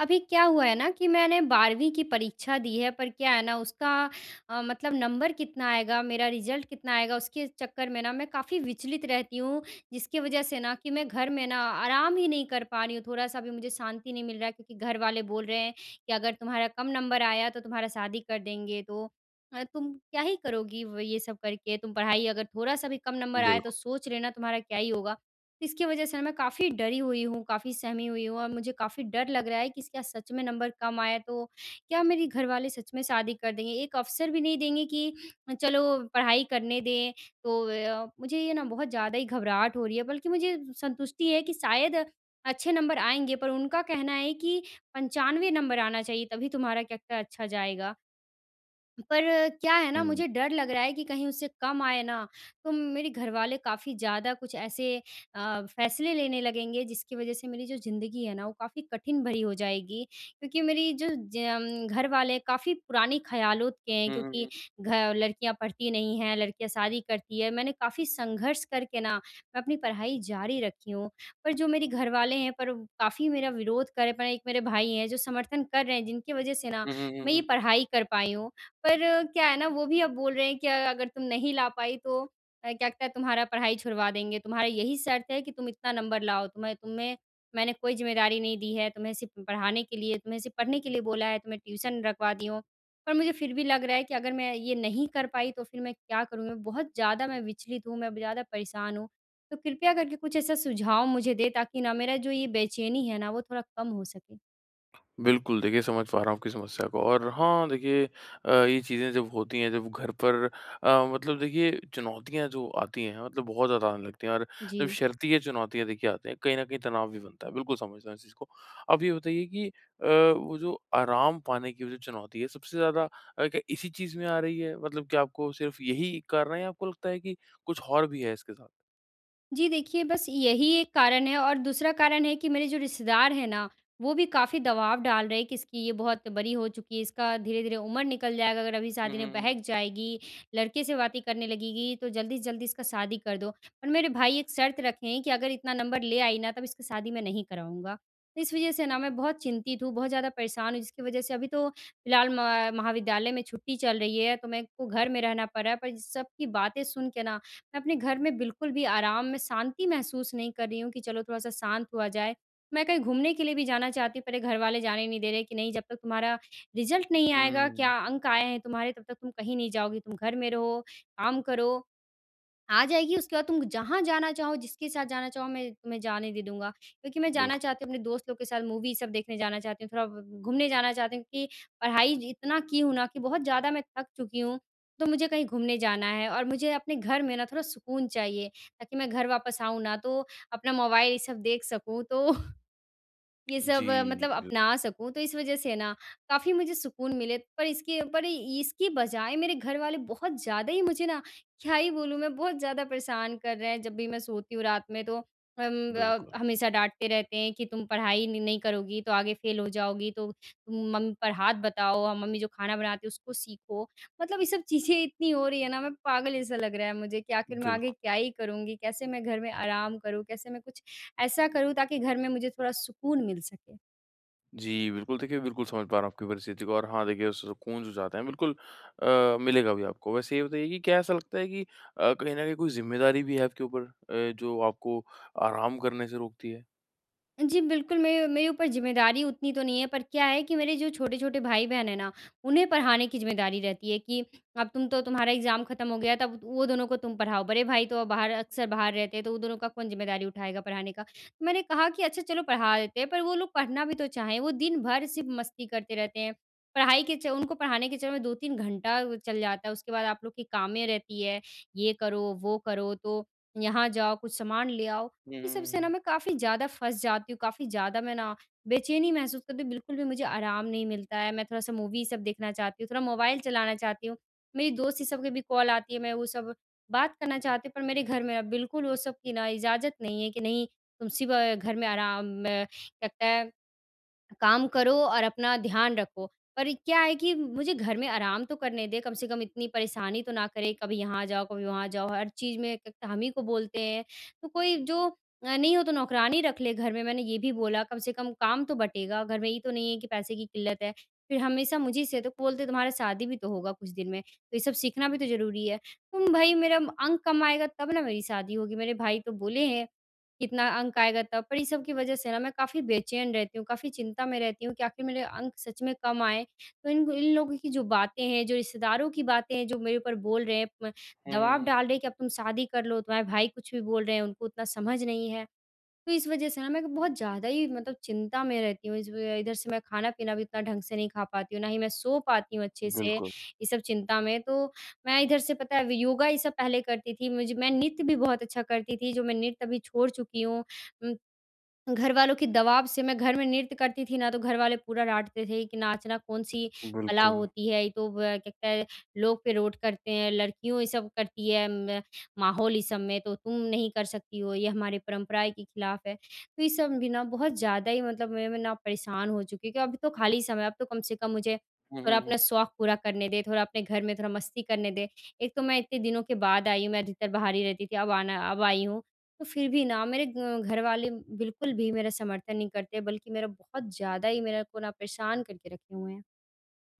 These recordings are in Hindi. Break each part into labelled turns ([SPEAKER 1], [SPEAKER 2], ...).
[SPEAKER 1] अभी क्या हुआ है ना कि मैंने 12वीं की परीक्षा दी है, पर क्या है ना उसका मतलब नंबर कितना आएगा, मेरा रिज़ल्ट कितना आएगा, उसके चक्कर में ना मैं काफ़ी विचलित रहती हूँ। जिसकी वज़ह से ना कि मैं घर में ना आराम ही नहीं कर पा रही हूँ, थोड़ा-सा भी मुझे शांति नहीं मिल रहा है, क्योंकि घर वाले बोल रहे हैं कि अगर तुम्हारा कम नंबर आया तो तुम्हारा शादी कर देंगे। तो तुम क्या ही करोगी व ये सब करके? तुम पढ़ाई अगर थोड़ा-सा भी कम नंबर आया तो
[SPEAKER 2] बिल्कुल।
[SPEAKER 1] सोच लेना तुम्हारा क्या ही होगा। इसकी वजह से ना मैं काफ़ी डरी हुई हूँ, काफ़ी सहमी हुई हूँ और मुझे काफ़ी डर लग रहा है कि क्या सच में नंबर कम आया तो क्या मेरे घरवाले सच में शादी कर देंगे? एक अवसर भी नहीं देंगे कि चलो पढ़ाई करने दें। तो मुझे ये ना बहुत ज़्यादा ही घबराहट हो रही है, बल्कि मुझे संतुष्टि है कि शायद अच्छे नंबर आएँगे, पर उनका कहना है कि 95 नंबर आना चाहिए, तभी तुम्हारा क्या-क्या अच्छा जाएगा। पर क्या है ना,
[SPEAKER 2] हुँ।
[SPEAKER 1] मुझे डर लग रहा है कि कहीं उससे कम आए ना, तो मेरे घरवाले काफ़ी ज़्यादा कुछ ऐसे फैसले लेने लगेंगे, जिसकी वज़ह से मेरी जो ज़िंदगी है ना वो काफ़ी कठिन भरी हो जाएगी। क्योंकि मेरी जो घरवाले काफ़ी पुराने ख़्यालों के हैं,
[SPEAKER 2] हुँ, हुँ,
[SPEAKER 1] क्योंकि
[SPEAKER 2] हुँ।
[SPEAKER 1] घ लड़कियाँ पढ़ती नहीं हैं, लड़कियाँ शादी करती है। मैंने काफ़ी संघर्ष करके ना मैं अपनी पढ़ाई जारी रखी हूँ। पर जो मेरे घरवाले हैं, पर काफ़ी मेरा विरोध कर रहे हैं। पर एक मेरे भाई हैं जो समर्थन कर रहे हैं, जिनकी वज़ह से ना
[SPEAKER 2] हुँ, हुँ, हुँ,
[SPEAKER 1] मैं ये
[SPEAKER 2] हुँ।
[SPEAKER 1] पढ़ाई कर पाई हूँ। पर क्या है ना, वो भी अब बोल रहे हैं कि अगर तुम नहीं ला पाई तो क्या कहता है, तुम्हारा पढ़ाई छुड़वा देंगे, तुम्हारा यही शर्त है कि तुम इतना नंबर लाओ, तुम्हें तुम्हें मैंने कोई ज़िम्मेदारी नहीं दी है, तुम्हें सिर्फ़ पढ़ाने के लिए, तुम्हें सिर्फ़ पढ़ने के लिए बोला है, तुम्हें ट्यूशन रखवा दी हूँ। पर मुझे फिर भी लग रहा है कि अगर मैं ये नहीं कर पाई तो फिर मैं क्या करूँगी? मैं बहुत ज़्यादा मैं विचलित हूँ, मैं ज़्यादा परेशान हूँ। तो कृपया करके कुछ ऐसा सुझाव मुझे दें, ताकि ना मेरा जो ये बेचैनी है ना, वो थोड़ा कम हो सके।
[SPEAKER 2] बिल्कुल, देखिए समझ पा रहा हूँ आपकी समस्या को। और हाँ, देखिए ये चीज़ें जब होती हैं, जब घर पर मतलब देखिए चुनौतियाँ जो आती हैं, मतलब बहुत ज़्यादा आने लगती हैं। और
[SPEAKER 1] जी।
[SPEAKER 2] जब शर्ती ये चुनौतियाँ देखिए आती हैं, कहीं न कहीं तनाव भी बनता है। बिल्कुल समझता हूँ इस चीज़ को। आप ये बताइए कि वो जो आराम पाने की, वो जो चुनौती है, सबसे ज़्यादा क्या इसी चीज़ में आ रही है? मतलब क्या आपको सिर्फ़ यही कारण है, या आपको लगता है कि कुछ और भी है इसके साथ?
[SPEAKER 1] जी, देखिए, बस यही एक कारण है और दूसरा कारण है कि मेरे जो रिश्तेदार हैं ना, वो भी काफ़ी दबाव डाल रहे हैं कि इसकी ये बहुत बड़ी हो चुकी है, इसका धीरे-धीरे उम्र निकल जाएगा, अगर अभी
[SPEAKER 2] हुँ,
[SPEAKER 1] शादी
[SPEAKER 2] हुँ,
[SPEAKER 1] में
[SPEAKER 2] हुँ।
[SPEAKER 1] बहक जाएगी, लड़के से बातें करने लगेगी, तो जल्दी से जल्दी इसका शादी कर दो। पर मेरे भाई एक शर्त रखे हैं कि अगर इतना नंबर ले आई ना, तब इसकी शादी मैं नहीं कराऊँगा। तो इस वज़ह से ना मैं बहुत चिंतित हूँ, बहुत ज़्यादा परेशान हूँ, जिसकी वज़ह से अभी तो फ़िलहाल म महाविद्यालय में छुट्टी चल रही है, तो मेरे को घर में रहना पड़ रहा है, पर सबकी बातें सुन के ना मैं अपने घर में बिल्कुल भी आराम में शांति महसूस नहीं कर रही हूँ कि चलो थोड़ा-सा शांत हुआ जाए। मैं कहीं घूमने के लिए भी जाना चाहती हूँ, पर ये घरवाले जाने नहीं दे रहे कि नहीं, जब तक तुम्हारा रिज़ल्ट नहीं आएगा,
[SPEAKER 2] हुँ।
[SPEAKER 1] क्या अंक आए हैं तुम्हारे, तब तक तुम कहीं नहीं जाओगी, तुम घर में रहो, काम करो। आ जाएगी उसके बाद तुम जहाँ जाना चाहो, जिसके साथ जाना चाहो, मैं तुम्हें जाने दे दूँगा। क्योंकि मैं जाना
[SPEAKER 2] बिल्कुल।
[SPEAKER 1] चाहती हूँ, अपने दोस्त लोग के साथ मूवी सब देखने जाना चाहती हूँ, थोड़ा ब घूमने जाना चाहती हूँ, कि पढ़ाई इतना की हूँ ना कि बहुत ज़्यादा मैं थक चुकी हूँ। तो मुझे कहीं घूमने जाना है और मुझे अपने घर में ना थोड़ा सुकून चाहिए, ताकि मैं घर वापस आऊँ ना तो अपना मोबाइल ये सब देख सकूँ, तो ये सब
[SPEAKER 2] जी,
[SPEAKER 1] मतलब
[SPEAKER 2] बिल्कुल।
[SPEAKER 1] अपना सकूँ, तो इस वज़ह से ना काफ़ी मुझे सुकून मिले। पर इसके पर इसकी बजाय मेरे घरवाले बहुत ज़्यादा ही मुझे ना, क्या ही बोलूँ मैं, बहुत ज़्यादा परेशान कर रहे हैं। जब भी मैं सोती हूँ रात में, तो अम, ब
[SPEAKER 2] बिल्कुल,
[SPEAKER 1] हमेशा डाँटते रहते हैं कि तुम पढ़ाई नहीं नहीं करोगी तो आगे फ़ेल हो जाओगी, तो तुम मम्मी पर हाथ बताओ और मम्मी जो खाना बनाती है उसको सीखो। मतलब ये सब चीज़ें इतनी हो रही है ना, मैं पागल जैसा लग रहा है मुझे कि आखिर मैं आगे
[SPEAKER 2] बिल्कुल।
[SPEAKER 1] क्या ही करूँगी? कैसे मैं घर में आराम करूँ? कैसे मैं कुछ ऐसा करूँ ताकि घर में मुझे थोड़ा सुकून मिल सके?
[SPEAKER 2] जी, बिल्कुल देखिए, बिल्कुल समझ पा रहा हूँ आपकी परिस्थिति को। और हाँ, देखिए उस सुकून जो चाहते हैं, बिल्कुल मिलेगा भी आपको। वैसे ये बताइए कि क्या ऐसा लगता है कि कहीं न कहीं कोई ज़िम्मेदारी भी है आपके ऊपर, जो आपको आराम करने से रोकती है?
[SPEAKER 1] जी, बिल्कुल, मेरे मेरे ऊपर ज़िम्मेदारी उतनी तो नहीं है, पर क्या है कि मेरे जो छोटे-छोटे भाई-बहन हैं ना, उन्हें पढ़ाने की ज़िम्मेदारी रहती है कि अब तुम तो, तुम्हारा एग्ज़ाम ख़त्म हो गया, तब वो दोनों को तुम पढ़ाओ। बड़े भाई तो अब बाहर, अक्सर बाहर रहते हैं, तो वो दोनों का कौन ज़िम्मेदारी उठाएगा पढ़ाने का। तो मैंने कहा कि अच्छा चलो पढ़ा देते हैं, पर वो लोग पढ़ना भी तो चाहें, वो दिन भर सिर्फ़ मस्ती करते रहते हैं। पढ़ाई के च उनको पढ़ाने के चक्कर में 2-3 घंटा वो चल जाता है, उसके बाद आप लोग की कामें रहती है, ये करो, वो करो, तो यहाँ जाओ, कुछ सामान ले आओ।
[SPEAKER 2] हुँ, हुँ,
[SPEAKER 1] इन सब
[SPEAKER 2] हुँ,
[SPEAKER 1] से ना
[SPEAKER 2] हुँ।
[SPEAKER 1] मैं काफ़ी ज़्यादा फँस जाती हूँ, काफ़ी ज़्यादा मैं ना बेचैनी महसूस करती हूँ, बिल्कुल भी मुझे आराम नहीं मिलता है। मैं थोड़ा-सा मूवी सब देखना चाहती हूँ, थोड़ा मोबाइल चलाना चाहती हूँ। मेरी दोस्त ये सब की भी कॉल आती है, मैं वो सब बात करना चाहती हूँ, पर मेरे घर में ना बिल्कुल वो सब की ना इजाज़त नहीं है कि नहीं, तुम सिर्फ़ घर में आराम में, लगता है, काम करो और अपना ध्यान रखो। पर क्या है कि मुझे घर में आराम तो करने दें, कम से कम इतनी परेशानी तो ना करे, कभी यहाँ जाओ, कभी वहाँ जाओ, हर चीज़ में एक हम ही को बोलते हैं। तो कोई जो नहीं हो तो नौकरानी रख ले घर में, मैंने ये भी बोला, कम से कम काम तो बँटेगा, घर में ये तो नहीं है कि पैसे की किल्लत है। फिर हमेशा मुझे से तो बोलते, तुम्हारा शादी भी तो होगा कुछ दिन में, तो ये सब सीखना भी तो ज़रूरी है। तुम भई, मेरा अंक कम आएगा तब ना मेरी शादी होगी, मेरे भाई तो बोले हैं। कितना अंक आएगा तब। पर इस सब की वजह से ना मैं काफ़ी बेचैन रहती हूँ, काफ़ी चिंता में रहती हूँ कि आखिर मेरे अंक सच में कम आएँ। तो इन इन लोगों की जो बातें हैं, जो रिश्तेदारों की बातें हैं, जो मेरे ऊपर बोल रहे हैं, म
[SPEAKER 2] हुँ, हुँ,
[SPEAKER 1] दबाव
[SPEAKER 2] हुँ।
[SPEAKER 1] डाल रहे हैं कि अब तुम शादी कर लो, तुम्हारे भाई कुछ भी बोल रहे हैं, उनको उतना समझ नहीं है। तो इस वज़ह से ना मैं बहुत ज़्यादा ही, मतलब चिंता में रहती हूँ। इस व इधर से मैं खाना-पीना भी उतना ढंग से नहीं खा पाती हूँ, ना ही मैं सो पाती हूँ अच्छे से,
[SPEAKER 2] बिल्कुल,
[SPEAKER 1] ये सब चिंता में। तो मैं इधर से, पता है, व योगा ये सब पहले करती थी, मुझे मैं नृत्य भी बहुत अच्छा करती थी, जो मैं नृत्य अभी छोड़ चुकी हूँ। उम, घरवालों के दबाव से मैं घर में नृत्य करती थी ना, तो घरवाले पूरा डाँटते थे कि नाचना कौन-सी कला
[SPEAKER 2] बिल्कुल।
[SPEAKER 1] होती है, ये तो ब क्या कहता है, लोग पे रोट करते हैं, लड़कियों ये सब करती है, म माहौल इस सब में, तो तुम नहीं कर सकती हो, ये हमारी परंपराएँ के खिलाफ है। तो ये सब भी ना बहुत ज़्यादा ही, मतलब मैं ना परेशान हो चुकी हूँ कि अब तो खाली समय है, अब तो कम से कम मुझे
[SPEAKER 2] हुँ,
[SPEAKER 1] थोड़ा
[SPEAKER 2] हुँ, हुँ।
[SPEAKER 1] अपना शौक पूरा करने दें, थोड़ा अपने घर में थोड़ा मस्ती करने दें। एक तो मैं इतने दिनों के बाद आई हूँ, मैं अधिकतर बाहर ही रहती थी, अब आई हूँ, तो फिर भी ना मेरे ग घर वाले बिल्कुल भी मेरा समर्थन नहीं करते, बल्कि मेरा बहुत ज़्यादा ही मेरे को ना परेशान करके रखे हुए हैं।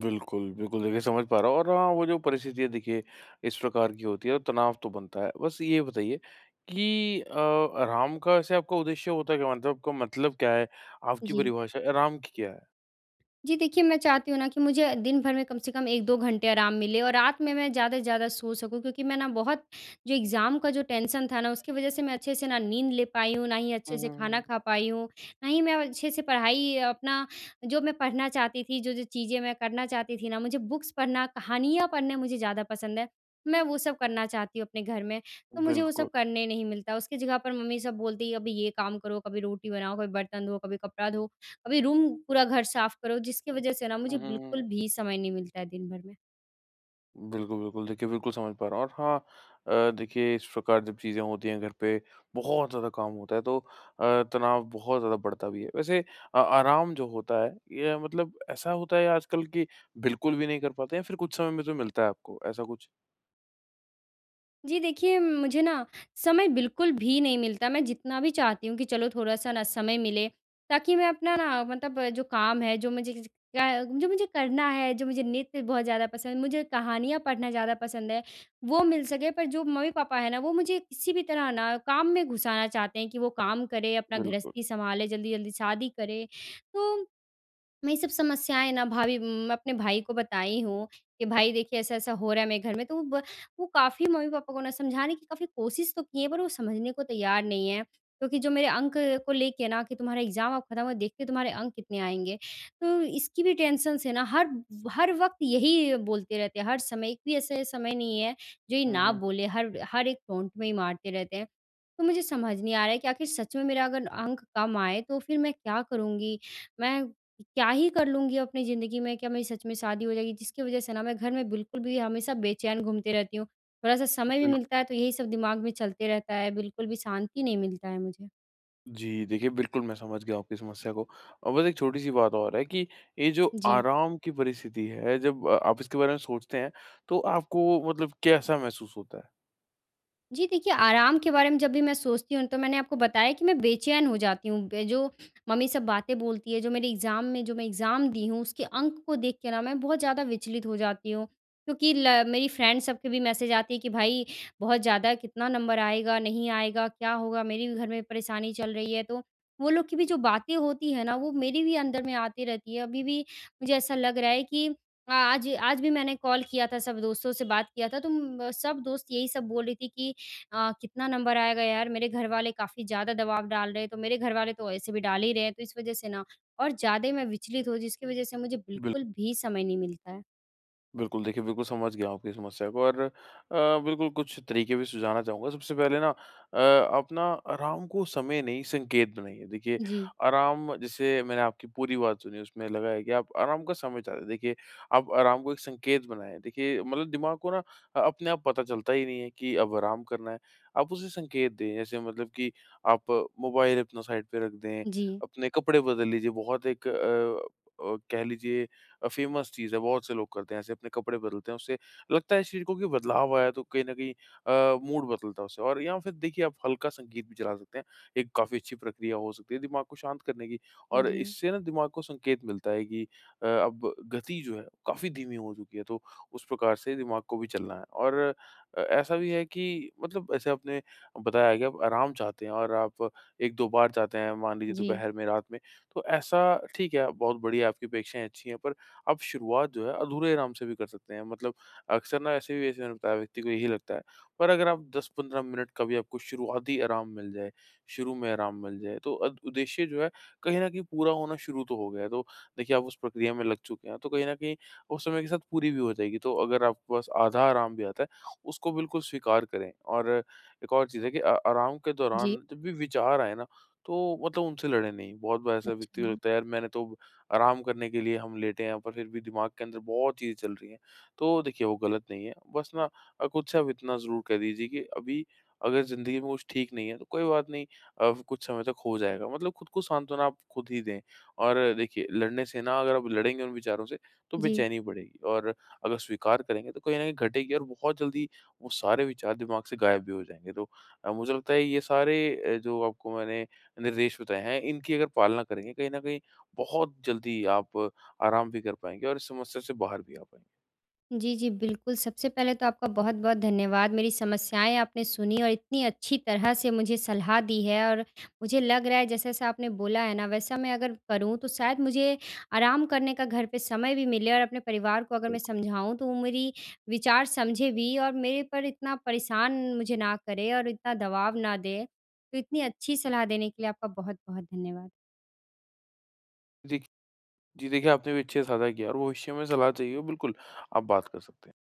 [SPEAKER 2] बिल्कुल, बिल्कुल। देखिए समझ पा रहा हूँ। और हाँ, वो जो परिस्थितियाँ देखिए इस प्रकार की होती है, और तनाव तो बनता है। बस ये बताइए कि आराम का ऐसे आपका उद्देश्य होता है क्या? मतलब आपका मतलब क्या है? आपकी
[SPEAKER 1] जी।
[SPEAKER 2] परिभाषा आराम की क्या है?
[SPEAKER 1] जी, देखिए, मैं चाहती हूँ ना कि मुझे दिन भर में कम से कम 1-2 घंटे आराम मिले और रात में मैं ज़्यादा से ज़्यादा सो सकूँ, क्योंकि मैं ना बहुत, जो एग्ज़ाम का जो टेंशन था ना उसकी वज़ह से मैं अच्छे से ना नींद ले पाई हूँ, ना ही
[SPEAKER 2] हुँ,
[SPEAKER 1] अच्छे से
[SPEAKER 2] हुँ,
[SPEAKER 1] खाना
[SPEAKER 2] हुँ।
[SPEAKER 1] खा पाई हूँ, ना ही मैं अच्छे से पढ़ाई अपना, जो मैं पढ़ना चाहती थी, जो-जो चीज़ें मैं करना चाहती थी ना, मुझे बुक्स पढ़ना, कहानियाँ पढ़ना मुझे ज़्यादा पसंद है। मैं वो सब करना चाहती हूँ अपने घर में, तो मुझे वो
[SPEAKER 2] बिल्कुल।
[SPEAKER 1] सब करने नहीं मिलता। उसकी जगह पर मम्मी सब बोलती है, "अभी ये काम करो, कभी रोटी बनाओ, कभी बर्तन धो, कभी कपड़ा धो।" अभी रूम, पूरा घर साफ करो, जिसकी वजह से ना
[SPEAKER 2] हुँ,
[SPEAKER 1] मुझे
[SPEAKER 2] हुँ,
[SPEAKER 1] बिल्कुल
[SPEAKER 2] हुँ।
[SPEAKER 1] भी समय नहीं मिलता है दिन भर में।
[SPEAKER 2] बिल्कुल, बिल्कुल। देखिए, बिल्कुल समझ पा रहा हूँ। और हाँ, देखिए इस प्रकार जब चीज़ें होती हैं घर पे, बहुत ज़्यादा काम होता है, तो तनाव बहुत ज़्यादा बढ़ता भी है। वैसे आराम जो होता है, ये मतलब ऐसा होता है आजकल कि बिल्कुल भी नहीं कर पाते, या फिर कुछ समय में तो मिलता है आपको ऐसा कुछ?
[SPEAKER 1] जी देखिए, मुझे ना समय बिल्कुल भी नहीं मिलता, मैं जितना भी चाहती हूँ कि चलो थोड़ा-सा ना समय मिले ताकि मैं अपना ना मतलब जो काम है, जो मुझे ज क्या जो मुझे करना है, जो मुझे नृत्य बहुत ज़्यादा पसंद है, मुझे कहानियाँ पढ़ना ज़्यादा पसंद है, वो मिल सके। पर जो मम्मी-पापा हैं ना, वो मुझे किसी भी तरह ना काम में घुसाना चाहते हैं कि वो काम करे, अपना
[SPEAKER 2] बिल्कुल।
[SPEAKER 1] गृहस्थी सँभाले, जल्दी-जल्दी शादी करे। तो मैं ये सब समस्याएँ ना भाभी म अपने भाई को बताई हूँ, कि भाई देखिए ऐसा-ऐसा हो रहा है मेरे घर में, वो काफ़ी मम्मी-पापा को ना समझाने की काफ़ी कोशिश तो की है, पर वो समझने को तैयार नहीं है। क्योंकि जो मेरे अंक को लेके ना कि तुम्हारा एग्ज़ाम अब खत्म हो देखते हैं तुम्हारे अंक कितने आएँगे। तो इसकी भी टेंशन से ना हर हर वक़्त यही बोलते रहते हैं, हर समय एक भी ऐसा समय नहीं है, जो ये
[SPEAKER 2] हुँ,
[SPEAKER 1] ना
[SPEAKER 2] हुँ, हुँ।
[SPEAKER 1] बोले, हर हर एक टोंट में ही मारते रहते हैं। तो मुझे समझ नहीं आ रहा है कि आखिर सच में मेरा अगर अंक कम आए, तो फिर मैं क्या करूँगी? मैं कि क्या ही कर लूँगी अपनी ज़िंदगी में, क्या मेरी सच में शादी हो जाएगी? जिसकी वज़ह से ना मैं घर में बिल्कुल भी हमेशा बेचैन घूमती रहती हूँ। थोड़ा-सा समय भी
[SPEAKER 2] बिल्क
[SPEAKER 1] मिलता है तो यही सब दिमाग में चलते रहता है, बिल्कुल भी शांति नहीं मिलता है मुझे।
[SPEAKER 2] जी, देखिए बिल्कुल मैं समझ गया आपकी समस्या को। और बस एक छोटी-सी बात और है कि ये जो
[SPEAKER 1] जी।
[SPEAKER 2] आराम की परिस्थिति है, जब आप इसके बारे में सोचते हैं, तो आपको मतलब कैसा महसूस होता है?
[SPEAKER 1] जी, देखिए आराम के बारे में जब भी मैं सोचती हूँ तो मैंने आपको बताया कि मैं बेचैन हो जाती हूँ। बे जो मम्मी सब बातें बोलती है, जो मेरे एग्ज़ाम में जो मैं एग्ज़ाम दी हूँ उसके अंक को देख के ना मैं बहुत ज़्यादा विचलित हो जाती हूँ। क्योंकि ल मेरी फ्रेंड सबके भी मैसेज आती है कि भाई बहुत ज़्यादा कितना नंबर आएगा, नहीं आएगा, क्या होगा? मेरी भी घर में परेशानी चल रही है। तो वो लोग की भी जो बातें होती है ना वो मेरे भी अंदर में आती रहती है। अभी भी मुझे ऐसा लग रहा है कि आज आज भी मैंने कॉल किया था, सब दोस्तों से बात किया था तो सब दोस्त यही सब बोल रही थी कि कितना नंबर आएगा यार? मेरे घरवाले काफ़ी ज़्यादा दबाव डाल रहे हैं, तो मेरे घरवाले तो ऐसे भी डाल ही रहे हैं, तो इस वज़ह से ना और ज़्यादा ही मैं विचलित हूँ, जिसकी वज़ह से मुझे
[SPEAKER 2] बिल्क
[SPEAKER 1] बिल्कुल भी समय नहीं मिलता है।
[SPEAKER 2] बिल्कुल, देखिए बिल्कुल समझ गया हूँ आपकी समस्या को। और बिल्कुल कुछ तरीके भी सुझाना चाहूँगा। सबसे पहले ना, अ, आप ना आराम को समय नहीं, संकेत बनाइए। देखिए
[SPEAKER 1] जी,
[SPEAKER 2] आराम, जैसे मैंने आपकी पूरी बात सुनी, उसमें लगा है कि आप आराम का समय चाहते हैं। देखिए, आप आराम को एक संकेत बनाएँ। देखिए मतलब दिमाग को ना, अपने आप पता चलता ही नहीं है कि अब आराम करना है। आप उसे संकेत दें, जैसे मतलब कि आप मोबाइल अपना साइड पे रख दें,
[SPEAKER 1] जी,
[SPEAKER 2] अपने कपड़े बदल लीजिए। बहुत एक कह लीजिए फेमस चीज़ है, बहुत से लोग करते हैं, ऐसे अपने कपड़े बदलते हैं, उससे लगता है शरीर को कि बदलाव आया, तो कहीं न कहीं मूड बदलता है उससे। और या फिर देखिए, आप हल्का संगीत भी चला सकते हैं, एक काफ़ी अच्छी प्रक्रिया हो सकती है दिमाग को शांत करने की। और
[SPEAKER 1] जी,
[SPEAKER 2] इससे ना दिमाग को संकेत मिलता है कि अब गति जो है, काफ़ी धीमी हो चुकी है, तो उस प्रकार से दिमाग को भी चलना है। और ऐसा भी है कि मतलब ऐसे आपने बताया है कि आप आराम चाहते हैं, और आप 1-2 बार जाते हैं मान लीजिए,
[SPEAKER 1] जी, जी,
[SPEAKER 2] दोपहर में, रात में। तो ऐसा ठीक है, बहुत बढ़िया, आपकी अपेक्षाएँ अच्छी हैं। पर आप शुरुआत जो है, अधूरे आराम से भी कर सकते हैं। मतलब अक्सर ना, ऐसे भी ऐसे मैंने बताया, व्यक्ति को यही लगता है। पर अगर आप 10-15 मिनट का भी आपको शुरुआती आराम मिल जाए, शुरू में आराम मिल जाए, तो अद उद्देश्य जो है, कहीं न कहीं पूरा होना शुरू तो हो गया है। तो देखिए, आप उस प्रक्रिया में लग चुके हैं, तो कहीं न कहीं उस समय के साथ पूरी भी हो जाएगी। तो अगर आपके पास आधा आराम भी आता है, उसको बिल्कुल स्वीकार करें। और एक और चीज़ है कि आराम के
[SPEAKER 1] जी
[SPEAKER 2] दौरान जब भी विचार आए ना, तो मतलब उनसे लड़ें नहीं। बहुत बार ऐसा व्यक्ति
[SPEAKER 1] अच्छा।
[SPEAKER 2] को लगता है, यार मैंने तो आराम करने के लिए हम लेटे हैं, पर फिर भी दिमाग के अंदर बहुत चीज़ें चल रही हैं। तो देखिए, वो गलत नहीं है। बस ना, खुद से आप इतना ज़रूर कह दीजिए कि अभी अगर ज़िंदगी में कुछ ठीक नहीं है, तो कोई बात नहीं, कुछ समय तक हो जाएगा। मतलब खुद को सांत्वना आप खुद ही दें। और देखिए लड़ने से ना, अगर आप लड़ेंगे उन विचारों से, तो
[SPEAKER 1] जी।
[SPEAKER 2] बेचैनी बढ़ेगी। और अगर स्वीकार करेंगे, तो कहीं न कहीं घटेगी, और बहुत जल्दी वो सारे विचार दिमाग से गायब भी हो जाएँगे। तो मुझे लगता है ये सारे जो आपको मैंने निर्देश बताए हैं, इनकी अगर पालना करेंगे, कहीं न कहीं बहुत जल्दी आप आराम भी कर पाएँगे, और इस समस्या से बाहर भी आ पाएँगे।
[SPEAKER 1] जी, जी, बिल्कुल। सबसे पहले तो आपका बहुत-बहुत धन्यवाद। मेरी समस्याएँ आपने सुनी और इतनी अच्छी तरह से मुझे सलाह दी है और मुझे लग रहा है जैसा-जैसा आपने बोला है ना, वैसा मैं अगर करूँ तो शायद मुझे आराम करने का घर पे समय भी मिले और अपने परिवार को अगर मैं
[SPEAKER 2] बिल्कुल।
[SPEAKER 1] समझाऊँ तो वो मेरी विचार समझे भी और मेरे पर इतना परेशान मुझे ना करे और इतना दबाव ना दे। तो इतनी अच्छी सलाह देने के लिए आपका बहुत-बहुत धन्यवाद।
[SPEAKER 2] देखिए जी देखिए, आपने भी अच्छे से साझा किया। और भविष्य में सलाह चाहिए हो, बिल्कुल आप बात कर सकते हैं।